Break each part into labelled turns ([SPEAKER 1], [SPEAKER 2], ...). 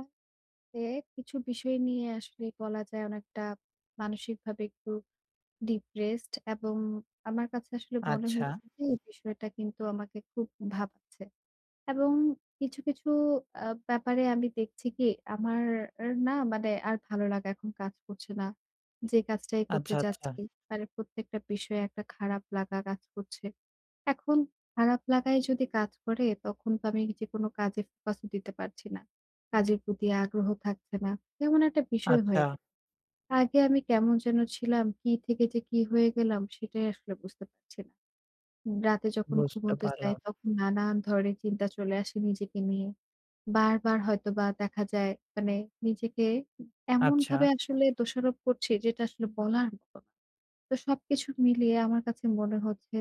[SPEAKER 1] আসলে কিছু বিষয় নিয়ে আসলে বলা যায় অনেকটা মানসিকভাবে একটু ডিপ্রেসড। এবং আমার কাছে আসলে মনে
[SPEAKER 2] আচ্ছা,
[SPEAKER 1] হচ্ছে যে এই বিষয়টা কিন্তু আমাকে খুব ভাবাচ্ছে। এবং কিছু কিছু ব্যাপারে আমি দেখছি কি আমার না মানে আর ভালো লাগা এখন কাজ করছে না যে কাজটাই করতে
[SPEAKER 2] আচ্ছা, আচ্ছা,
[SPEAKER 1] যাচ্ছি। মানে প্রত্যেকটা বিষয়ে একটা খারাপ লাগা কাজ করছে এখন। খারাপ লাগাই যদি কাজ করে তখন তো আমি যেকোনো কাজে ফোকাসও দিতে পারছি না। কাজের প্রতি আগ্রহ থাকছে না। কেমন একটা বিষয়
[SPEAKER 2] আচ্ছা,
[SPEAKER 1] হয়ে গেল। আগে আমি কেমন যেন ছিলাম, কি থেকে যে কি হয়ে গেলাম সেটাই আসলে বুঝতে পারছি না। রাতে যখন
[SPEAKER 2] বুঝতে
[SPEAKER 1] ঘুমোতে যাই
[SPEAKER 2] পারলাম।
[SPEAKER 1] তখন নানান ধরনের চিন্তা চলে আসে নিজেকে নিয়ে। বারবার হয়তোবা দেখা যায় মানে নিজেকে
[SPEAKER 2] আচ্ছা,
[SPEAKER 1] এমনভাবে আসলে দোষারোপ করছি যেটা আসলে বলার মতো না। তো সবকিছু মিলিয়ে আমার কাছে মনে হচ্ছে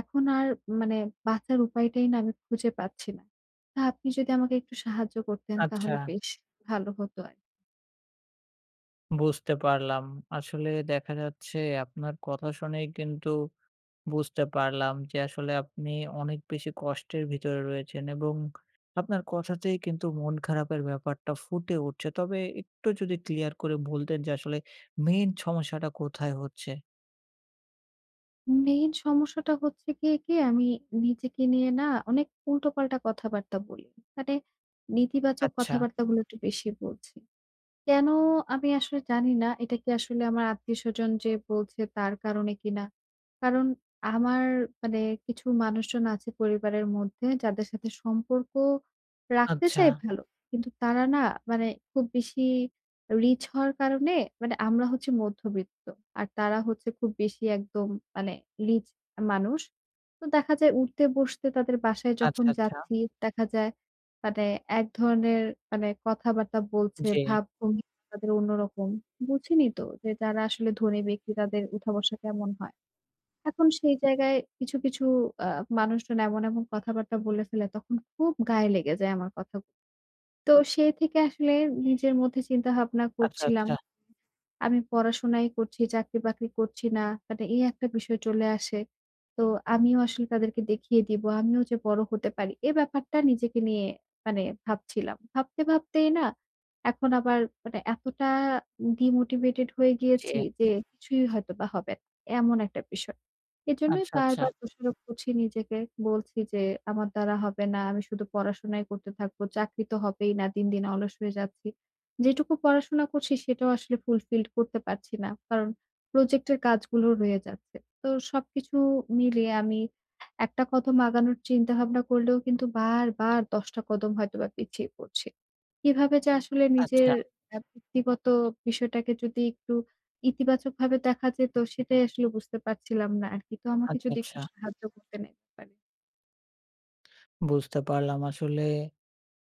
[SPEAKER 1] এখন আর মানে বাঁচার উপায়টাই না আমি খুঁজে পাচ্ছি না। তা আপনি যদি আমাকে একটু সাহায্য করতেন
[SPEAKER 2] আচ্ছা,
[SPEAKER 1] তাহলে বেশ ভালো হতো আর।
[SPEAKER 2] বুঝতে পারলাম। আসলে দেখা যাচ্ছে আপনার কথা শুনেই কিন্তু বুঝতে পারলাম যে আসলে আপনি অনেক বেশি কষ্টের ভিতরে রয়েছেন এবং আপনার কথাতেই কিন্তু মন খারাপের ব্যাপারটা ফুটে উঠছে। তবে একটু যদি ক্লিয়ার করে বলতেন যে আসলে মেইন সমস্যাটা কোথায় হচ্ছে?
[SPEAKER 1] মেইন সমস্যাটা হচ্ছে গিয়ে কি আমি নিজেকে নিয়ে না অনেক উল্টোপাল্টা কথাবার্তা বলি। মানে নেতিবাচক
[SPEAKER 2] আচ্ছা,
[SPEAKER 1] কথাবার্তাগুলো একটু বেশি বলছি। কেন আমি আসলে জানি না এটা কি আসলে আমার আত্মীয়স্বজন যে বলছে তার কারণে কিনা। কারণ আমার মানে কিছু মানুষজন আছে পরিবারের মধ্যে যাদের সাথে সম্পর্ক রাখতে
[SPEAKER 2] আচ্ছা,
[SPEAKER 1] চাই ভালো। কিন্তু তারা না মানে খুব বেশি রিচ হওয়ার কারণে মানে আমরা হচ্ছি মধ্যবিত্ত। আর তারা হচ্ছে খুব বেশি একদম মানে রিচ মানুষ। তো দেখা যায় উঠতে বসতে তাদের বাসায়
[SPEAKER 2] আচ্ছা,
[SPEAKER 1] যখন
[SPEAKER 2] আচ্ছা।
[SPEAKER 1] যাচ্ছি দেখা যায় মানে এক ধরনের মানে কথাবার্তা বলছে,
[SPEAKER 2] জি,
[SPEAKER 1] ভাবভঙ্গি তাদের অন্যরকম। বুঝিনি তো যে যারা আসলে ধনী ব্যক্তি তাদের উঠা-বসা কেমন হয়। এখন সেই জায়গায় কিছু, কিছু আ মানুষজন এমন, এমন কথাবার্তা বলে ফেলে তখন খুব গায়ে লেগে যায় আমার কথাগুলো। তো সেই থেকে আসলে নিজের মধ্যে চিন্তাভাবনা
[SPEAKER 2] আচ্ছা,
[SPEAKER 1] করছিলাম।
[SPEAKER 2] আচ্ছা,
[SPEAKER 1] আমি পড়াশোনাই করছি, চাকরি-বাকরি করছি না। মানে এই একটা বিষয় চলে আসে। তো আমিও আসলে তাদেরকে দেখিয়ে দিব। আমিও যে বড় হতে পারি। এ ব্যাপারটা নিজেকে নিয়ে মানে ভাবছিলাম। ভাবতে, ভাবতেই না এখন আবার মানে এতটা ডিমোটিভেটেড হয়ে
[SPEAKER 2] জি,
[SPEAKER 1] গিয়েছি যে কিছুই হয়তোবা হবে না। এমন একটা বিষয়। এজন্যই
[SPEAKER 2] আচ্ছা, আচ্ছা,
[SPEAKER 1] বারবার দোষারোপ করছি নিজেকে। বলছি যে, "আমার দ্বারা হবে না। আমি শুধু পড়াশোনাই করতে থাকবো। চাকরি তো হবেই না। দিন, দিন অলস হয়ে যাচ্ছি।" যেটুকু পড়াশোনা করছি সেটাও আসলে ফুলফিল করতে পারছি না। কারণ প্রজেক্টের কাজগুলো রয়ে যাচ্ছে। তো সবকিছু মিলিয়ে আমি একটা কদম আগানোর চিন্তাভাবনা করলেও কিন্তু বারবার ১০ টা কদম হয়তোবা পিছিয়ে পড়ছি। কিভাবে যে আসলে নিজের
[SPEAKER 2] আচ্ছা,
[SPEAKER 1] ব্যক্তিগত বিষয়টাকে যদি একটু ইতিবাচকভাবে দেখা যেত সেটাই আসলে বুঝতে পারছিলাম না আরকি। তো আমাকে
[SPEAKER 2] আচ্ছা,
[SPEAKER 1] যদি একটু
[SPEAKER 2] আচ্ছা।
[SPEAKER 1] সাহায্য করতেন এ ব্যাপারে।
[SPEAKER 2] বুঝতে পারলাম। আসলে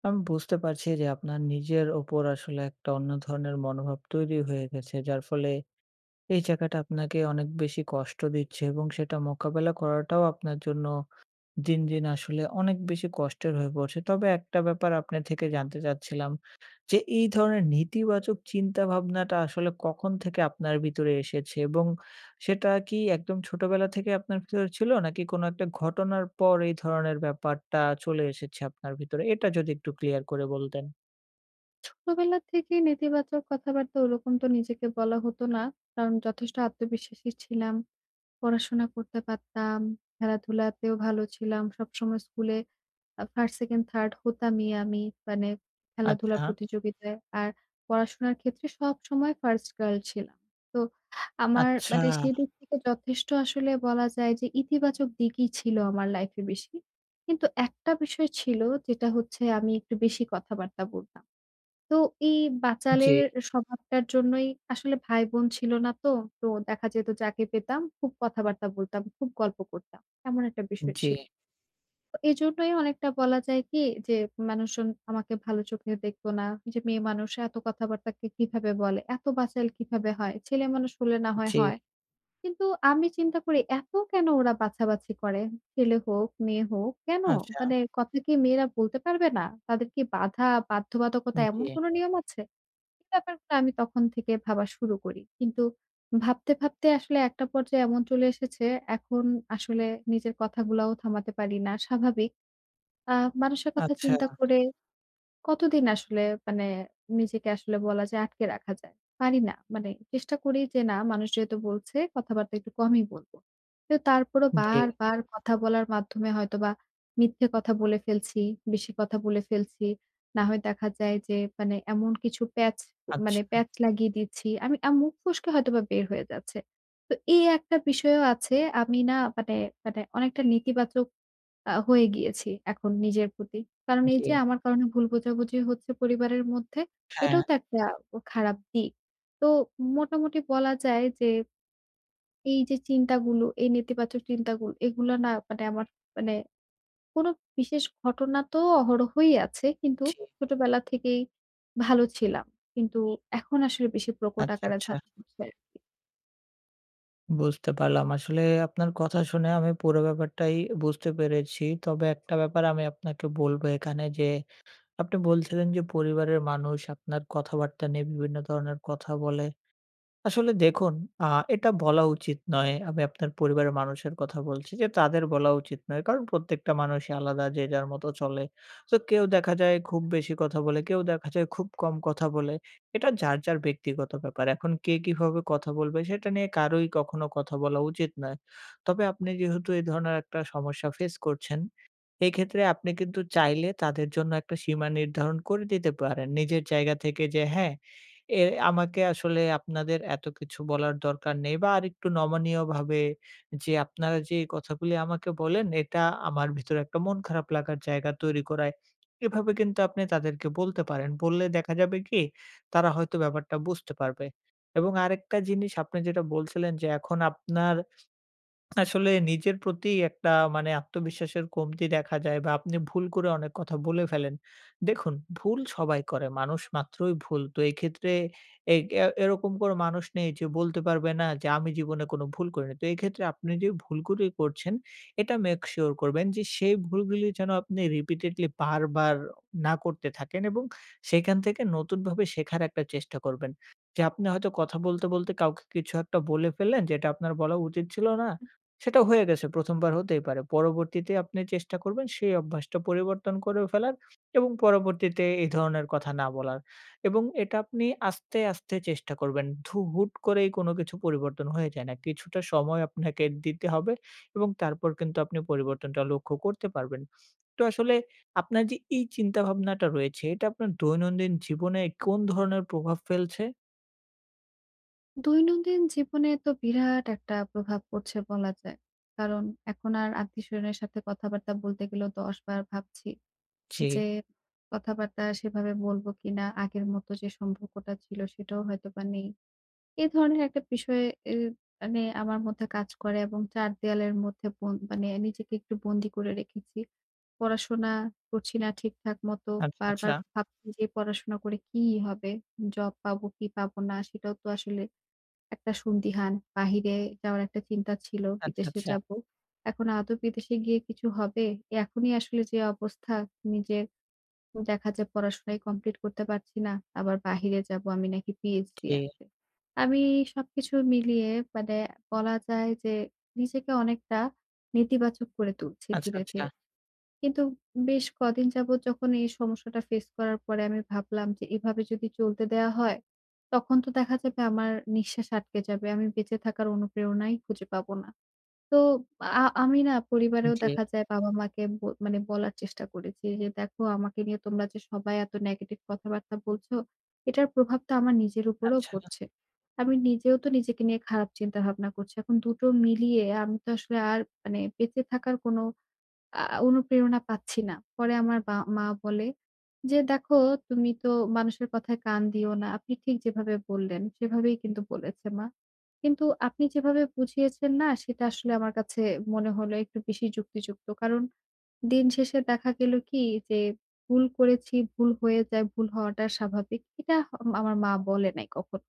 [SPEAKER 2] আমি বুঝতে পারছি যে আপনার নিজের ওপর আসলে একটা অন্য ধরনের মনোভাব তৈরি হয়ে গেছে। যার ফলে এই জায়গাটা আপনাকে অনেক বেশি কষ্ট দিচ্ছে এবং সেটা মোকাবেলা করাটাও আপনার জন্য দিন, দিন আসলে অনেক বেশি কষ্টের হয়ে পড়ছে। তবে একটা ব্যাপার আপনার থেকে জানতে চাচ্ছিলাম যে, এই ধরনের নেতিবাচক চিন্তাভাবনাটা আসলে কখন থেকে আপনার ভিতরে এসেছে? এবং সেটা কি একদম ছোটবেলা থেকে আপনার ভিতরে ছিল? নাকি কোনো একটা ঘটনার পর এই ধরনের ব্যাপারটা চলে এসেছে আপনার ভিতরে? এটা যদি একটু ক্লিয়ার করে বলতেন।
[SPEAKER 1] ছোটবেলা থেকেই নেতিবাচক কথাবার্তা ওরকম তো নিজেকে বলা হতো না। কারণ যথেষ্ট আত্মবিশ্বাসী ছিলাম। পড়াশোনা করতে পারতাম, খেলাধুলাতেও ভালো ছিলাম। সবসময় স্কুলে ফার্স্ট, সেকেন্ড, থার্ড হতামই আমি। মানে খেলাধুলা
[SPEAKER 2] আচ্ছা,
[SPEAKER 1] প্রতিযোগিতায়। আর পড়াশোনার ক্ষেত্রে সবসময় ফার্স্ট গার্ল ছিলাম। তো আমার
[SPEAKER 2] আচ্ছা।
[SPEAKER 1] মানে সেই দিক থেকে যথেষ্ট আসলে বলা যায় যে ইতিবাচক দিকই ছিল আমার লাইফে বেশি। কিন্তু একটা বিষয় ছিল যেটা হচ্ছে আমি একটু বেশি কথাবার্তা বলতাম। তো এই
[SPEAKER 2] জি,
[SPEAKER 1] বাচালের স্বভাবটার জন্যই আসলে ভাই-বোন ছিল না তো। তো দেখা যেত যাকে পেতাম খুব কথাবার্তা বলতাম, খুব গল্প করতাম। এমন একটা বিষয়
[SPEAKER 2] জি,
[SPEAKER 1] ছিল। এজন্যই অনেকটা বলা যায় কি যে মানুষজন আমাকে ভালো চোখে দেখতো না। যে মেয়ে মানুষ এত কথাবার্তাকে কিভাবে বলে? এত বাচাল কিভাবে হয়? ছেলে মানুষ হলে না হয়,
[SPEAKER 2] জি।
[SPEAKER 1] হয়। কিন্তু আমি চিন্তা করি এত কেন ওরা বাছাবাছি করে? ছেলে হোক, মেয়ে হোক কেন?
[SPEAKER 2] আচ্ছা,
[SPEAKER 1] মানে কথা কি মেয়েরা বলতে পারবে না? তাদের কি বাধা, বাধ্যবাধকতা এমন
[SPEAKER 2] জি,
[SPEAKER 1] কোনো নিয়ম আছে? এই ব্যাপারগুলো আমি তখন থেকে ভাবা শুরু করি। কিন্তু ভাবতে, ভাবতে আসলে একটা পর্যায়ে এমন চলে এসেছে এখন আসলে নিজের কথাগুলাও থামাতে পারি না। স্বাভাবিক। আ মানুষের কথা
[SPEAKER 2] আচ্ছা,
[SPEAKER 1] চিন্তা করে কতদিন আসলে মানে নিজেকে আসলে বলা যায় আটকে রাখা যায়? পারি না। মানে চেষ্টা করি যে না মানুষ যেহেতু বলছে কথাবার্তা একটু কমই বলব। তো তারপরও
[SPEAKER 2] জি,
[SPEAKER 1] বারবার কথা বলার মাধ্যমে হয়তোবা মিথ্যে কথা বলে ফেলছি, বেশি কথা বলে ফেলছি। না হয় দেখা যায় যে মানে এমন কিছু প্যাচ
[SPEAKER 2] আচ্ছা,
[SPEAKER 1] প্যাচ লাগিয়ে দিচ্ছি। আমি মুখ ফসকে হয়তোবা বের হয়ে যাচ্ছে। তো এই একটা বিষয়ও আছে। আমি না মানে মানে অনেকটা নেতিবাচক হয়ে গিয়েছি এখন নিজের প্রতি। কারণ এই
[SPEAKER 2] জি।
[SPEAKER 1] যে আমার কারণে ভুল বোঝাবুঝি হচ্ছে পরিবারের মধ্যে,
[SPEAKER 2] হ্যাঁ,
[SPEAKER 1] এটাও তো একটা খারাপ দিক। তো মোটামুটি বলা যায় যে এই যে চিন্তাগুলো, এই নেতিবাচক চিন্তাগুলো এগুলো না মানে আমার মানে কোনো বিশেষ ঘটনা তো অহরহই আছে। কিন্তু
[SPEAKER 2] জি।
[SPEAKER 1] ছোটবেলা থেকেই ভালো ছিলাম। কিন্তু এখন আসলে বেশি প্রকট
[SPEAKER 2] আচ্ছা,
[SPEAKER 1] আকারে
[SPEAKER 2] আচ্ছা।
[SPEAKER 1] ধারণ করছে আরকি।
[SPEAKER 2] বুঝতে পারলাম। আসলে আপনার কথা শুনে আমি পুরো ব্যাপারটাই বুঝতে পেরেছি। তবে একটা ব্যাপার আমি আপনাকে বলব এখানে যে, আপনি বলছিলেন যে, পরিবারের মানুষ আপনার কথাবার্তা নিয়ে বিভিন্ন ধরনের কথা বলে। আসলে দেখুন, আ এটা বলা উচিত নয়। আমি আপনার পরিবারের মানুষের কথা বলছি যে, তাদের বলা উচিত নয়। কারণ প্রত্যেকটা মানুষই আলাদা, যে যার মতো চলে। তো কেউ দেখা যায় খুব বেশি কথা বলে, কেউ দেখা যায় খুব কম কথা বলে। এটা যার, যার ব্যক্তিগত ব্যাপার। এখন কে কিভাবে কথা বলবে সেটা নিয়ে কারোই কখনো কথা বলা উচিত নয়। তবে আপনি যেহেতু এই ধরনের একটা সমস্যা ফেস করছেন, এক্ষেত্রে আপনি কিন্তু চাইলে তাদের জন্য একটা সীমা নির্ধারণ করে দিতে পারেন। নিজের জায়গা থেকে যে হ্যাঁ, এ আমাকে আসলে আপনাদের এত কিছু বলার দরকার নেই বা আরেকটু নমনীয়ভাবে যে আপনারা যে এই কথাগুলি আমাকে বলেন, এটা আমার ভিতরে একটা মন খারাপ লাগার জায়গা তৈরি করায়। এভাবে কিন্তু আপনি তাদেরকে বলতে পারেন। বললে দেখা যাবে কি তারা হয়তো ব্যাপারটা বুঝতে পারবে। এবং আরেকটা জিনিস আপনি যেটা বলছিলেন যে এখন আপনার আসলে নিজের প্রতি একটা মানে আত্মবিশ্বাসের কমতি দেখা যায় বা আপনি ভুল করে অনেক কথা বলে ফেলেন। দেখুন, ভুল সবাই করে। মানুষ মাত্রই ভুল। তো এক্ষেত্রে এ এ এরকম কোনো মানুষ নেই যে বলতে পারবে না যে আমি জীবনে কোনো ভুল করিনি। তো এক্ষেত্রে আপনি যে ভুলগুলি করছেন এটা মেক সিউর করবেন যে সেই ভুলগুলি যেন আপনি রিপিটেডলি বারবার না করতে থাকেন এবং সেখান থেকে নতুনভাবে শেখার একটা চেষ্টা করবেন। যে আপনি হয়তো কথা বলতে, বলতে কাউকে কিছু একটা বলে ফেললেন যেটা আপনার বলা উচিত ছিল না। সেটা হয়ে গেছে, ১ম বার হতেই পারে। পরবর্তীতে আপনি চেষ্টা করবেন সেই অভ্যাসটা পরিবর্তন করে ফেলার এবং পরবর্তীতে এই ধরনের কথা না বলার। এবং এটা আপনি আস্তে, আস্তে চেষ্টা করবেন। হুট করেই কোনো কিছু পরিবর্তন হয়ে যায় না। কিছুটা সময় আপনাকে দিতে হবে এবং তারপর কিন্তু আপনি পরিবর্তনটা লক্ষ্য করতে পারবেন। তো আসলে আপনার যে এই চিন্তাভাবনাটা রয়েছে এটা আপনার দৈনন্দিন জীবনে কোন ধরনের প্রভাব ফেলছে?
[SPEAKER 1] দৈনন্দিন জীবনে তো বিরাট একটা প্রভাব পড়ছে বলা যায়। কারণ এখন আর আত্মীয়স্বজনের সাথে কথাবার্তা বলতে গেলেও ১০ বার ভাবছি
[SPEAKER 2] জি।
[SPEAKER 1] যে কথাবার্তা সেভাবে বলব কিনা? আগের মতো যে সম্পর্কটা ছিল সেটাও হয়তোবা নেই। এ ধরনের একটা বিষয় এ মানে আমার মধ্যে কাজ করে এবং ৪ দেয়ালের মধ্যে মানে নিজেকে একটু বন্দি করে রেখেছি। পড়াশোনা করছি না ঠিকঠাক মতো।
[SPEAKER 2] আচ্ছা, আচ্ছা।
[SPEAKER 1] বারবার ভাবছি যে পড়াশোনা করে কি হবে? জব পাবো কি পাবো না? সেটাও তো আসলে একটা সন্দিহান, বাহিরে যাওয়ার একটা চিন্তা ছিল,
[SPEAKER 2] আচ্ছা,
[SPEAKER 1] বিদেশে
[SPEAKER 2] আচ্ছা।
[SPEAKER 1] যাবো। এখন আদৌ বিদেশে গিয়ে কিছু হবে? এখনই আসলে যে অবস্থা নিজের দেখা যায় পড়াশোনাই কমপ্লিট করতে পারছি না। আবার বাহিরে যাবো আমি নাকি পিএইচডি
[SPEAKER 2] জি।
[SPEAKER 1] আনতে। আমি সবকিছু মিলিয়ে মানে বলা যায় যে নিজেকে অনেকটা নেতিবাচক করে তুলছি
[SPEAKER 2] আচ্ছা,
[SPEAKER 1] ধীরে,
[SPEAKER 2] আচ্ছা।
[SPEAKER 1] ধীরে। কিন্তু বেশ কদিন যাবত যখন এই সমস্যাটা ফেস করার পরে আমি ভাবলাম যে এভাবে যদি চলতে দেয়া হয়, তখন তো দেখা যাবে আমার নিঃশ্বাস আটকে যাবে। আমি বেঁচে থাকার অনুপ্রেরণাই খুঁজে পাবো না। তো আমি না পরিবারেও
[SPEAKER 2] জি।
[SPEAKER 1] দেখা যায় বাবা-মাকে মানে বলার চেষ্টা করেছি যে, "দেখো আমাকে নিয়ে তোমরা যে সবাই এত নেগেটিভ কথাবার্তা বলছো, এটার প্রভাব তো আমার নিজের উপরেও
[SPEAKER 2] আচ্ছা।
[SPEAKER 1] পড়ছে। আমি নিজেও তো নিজেকে নিয়ে খারাপ চিন্তা ভাবনা করছি। এখন দুটো মিলিয়ে আমি তো আসলে আর মানে বেঁচে থাকার কোনো আ অনুপ্রেরণা পাচ্ছি না।" পরে আমার বা মা বলে যে, "দেখো তুমি তো মানুষের কথায় কান দিও না।" আপনি ঠিক যেভাবে বললেন সেভাবেই কিন্তু বলেছে মা। কিন্তু আপনি যেভাবে বুঝিয়েছেন না সেটা আসলে আমার কাছে মনে হলো একটু বেশি যুক্তিযুক্ত। কারণ দিন শেষে দেখা গেল কি যে, ভুল করেছি, ভুল হয়ে যায়, ভুল হওয়াটা স্বাভাবিক। এটা আমার মা বলে নাই কখনো।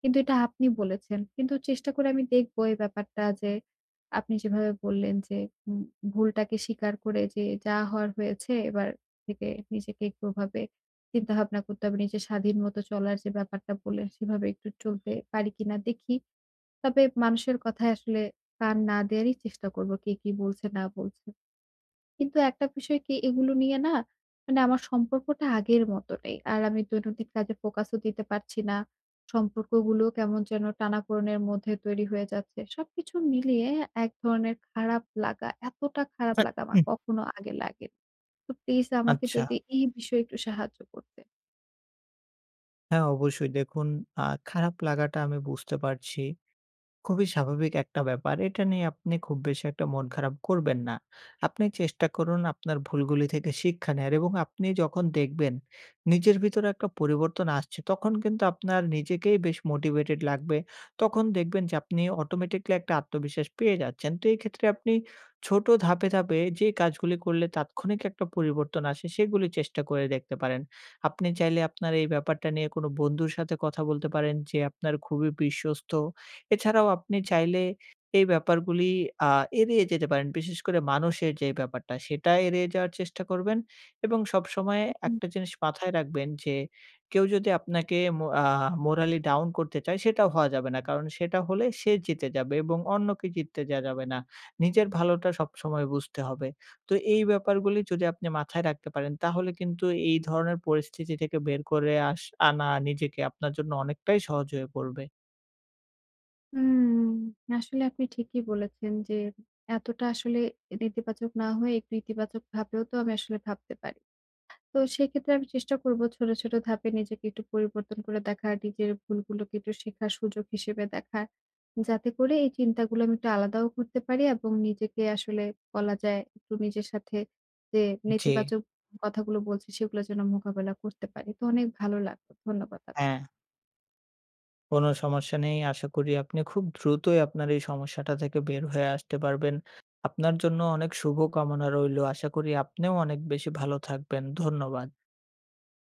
[SPEAKER 1] কিন্তু এটা আপনি বলেছেন। কিন্তু চেষ্টা করে আমি দেখব এই ব্যাপারটা যে, আপনি যেভাবে বললেন যে, উম ভুলটাকে স্বীকার করে যে, যা হওয়ার হয়েছে এবার থেকে নিজেকে একটু ওভাবে চিন্তাভাবনা করতে হবে। নিজের স্বাধীন মতো চলার যে ব্যাপারটা বললেন, সেভাবে একটু চলতে পারি কিনা দেখি। তবে মানুষের কথায় আসলে কান না দেওয়ারই চেষ্টা করব। কে কি বলছে না বলছে। কিন্তু একটা বিষয় কি এগুলো নিয়ে না মানে আমার সম্পর্কটা আগের মতো নেই। আর আমি দৈনন্দিন কাজে ফোকাসও দিতে পারছি না। সম্পর্কগুলো কেমন যেন টানাপোড়েনের মধ্যে তৈরি হয়ে যাচ্ছে। সবকিছু মিলিয়ে এক ধরনের খারাপ লাগা, এতটা খারাপ
[SPEAKER 2] আ
[SPEAKER 1] লাগা আমার
[SPEAKER 2] উম
[SPEAKER 1] কখনো আগে লাগেনি। তো প্লিজ আমাকে
[SPEAKER 2] আচ্ছা।
[SPEAKER 1] যদি এই বিষয়ে একটু সাহায্য করতেন।
[SPEAKER 2] হ্যাঁ, অবশ্যই। দেখুন, আ খারাপ লাগাটা আমি বুঝতে পারছি। খুবই স্বাভাবিক একটা ব্যাপার। এটা নিয়ে আপনি খুব বেশি একটা মন খারাপ করবেন না। আপনি চেষ্টা করুন আপনার ভুলগুলি থেকে শিক্ষা নেয়ার এবং আপনি যখন দেখবেন নিজের ভিতরে একটা পরিবর্তন আসছে, তখন কিন্তু আপনার নিজেকেই বেশ মোটিভেটেড লাগবে। তখন দেখবেন যে আপনি অটোমেটিক্যালি একটা আত্মবিশ্বাস পেয়ে যাচ্ছেন। তো এই ক্ষেত্রে আপনি ছোট ধাপে, ধাপে যে কাজগুলি করলে তাৎক্ষণিক একটা পরিবর্তন আসে, সেগুলি চেষ্টা করে দেখতে পারেন। আপনি চাইলে আপনার এই ব্যাপারটা নিয়ে কোনো বন্ধুর সাথে কথা বলতে পারেন যে আপনার খুবই বিশ্বস্ত। এছাড়াও আপনি চাইলে এই ব্যাপারগুলি আ এড়িয়ে যেতে পারেন। বিশেষ করে মানুষের যে ব্যাপারটা সেটা এড়িয়ে যাওয়ার চেষ্টা করবেন এবং সবসময়
[SPEAKER 1] হুম, হুম।
[SPEAKER 2] একটা জিনিস মাথায় রাখবেন যে কেউ যদি আপনাকে মো আ মোরালি ডাউন করতে চায় সেটাও হওয়া যাবে না। কারণ সেটা হলে সে জিতে যাবে এবং অন্যকে জিততে দেয়া যাবে না। নিজের ভালোটা সবসময় বুঝতে হবে। তো এই ব্যাপারগুলি যদি আপনি মাথায় রাখতে পারেন তাহলে কিন্তু এই ধরনের পরিস্থিতি থেকে বের করে আনা নিজেকে আপনার জন্য অনেকটাই সহজ হয়ে পড়বে।
[SPEAKER 1] হুম, আসলে আপনি ঠিকই বলেছেন যে এতটা আসলে নেতিবাচক না হয়ে একটু ইতিবাচক ভাবেও তো আমি আসলে ভাবতে পারি। তো সেক্ষেত্রে আমি চেষ্টা করব ছোট, ছোট ধাপে নিজেকে একটু পরিবর্তন করে দেখা, নিজের ভুলগুলোকে একটু শেখার সুযোগ হিসেবে দেখা। যাতে করে এই চিন্তাগুলো আমি একটু আলাদাও করতে পারি এবং নিজেকে আসলে বলা যায় একটু নিজের সাথে যে
[SPEAKER 2] জি,
[SPEAKER 1] নেতিবাচক কথাগুলো বলছি সেগুলো যেন মোকাবেলা করতে পারি। তো অনেক ভালো লাগলো। ধন্যবাদ
[SPEAKER 2] হ্যাঁ।
[SPEAKER 1] আপনাকে।
[SPEAKER 2] কোনো সমস্যা নেই। আশা করি আপনি খুব দ্রুতই আপনার এই সমস্যাটা থেকে বের হয়ে আসতে পারবেন। আপনার জন্য অনেক শুভ কামনা রইলো। আশা করি আপনিও অনেক বেশি ভালো থাকবেন। ধন্যবাদ।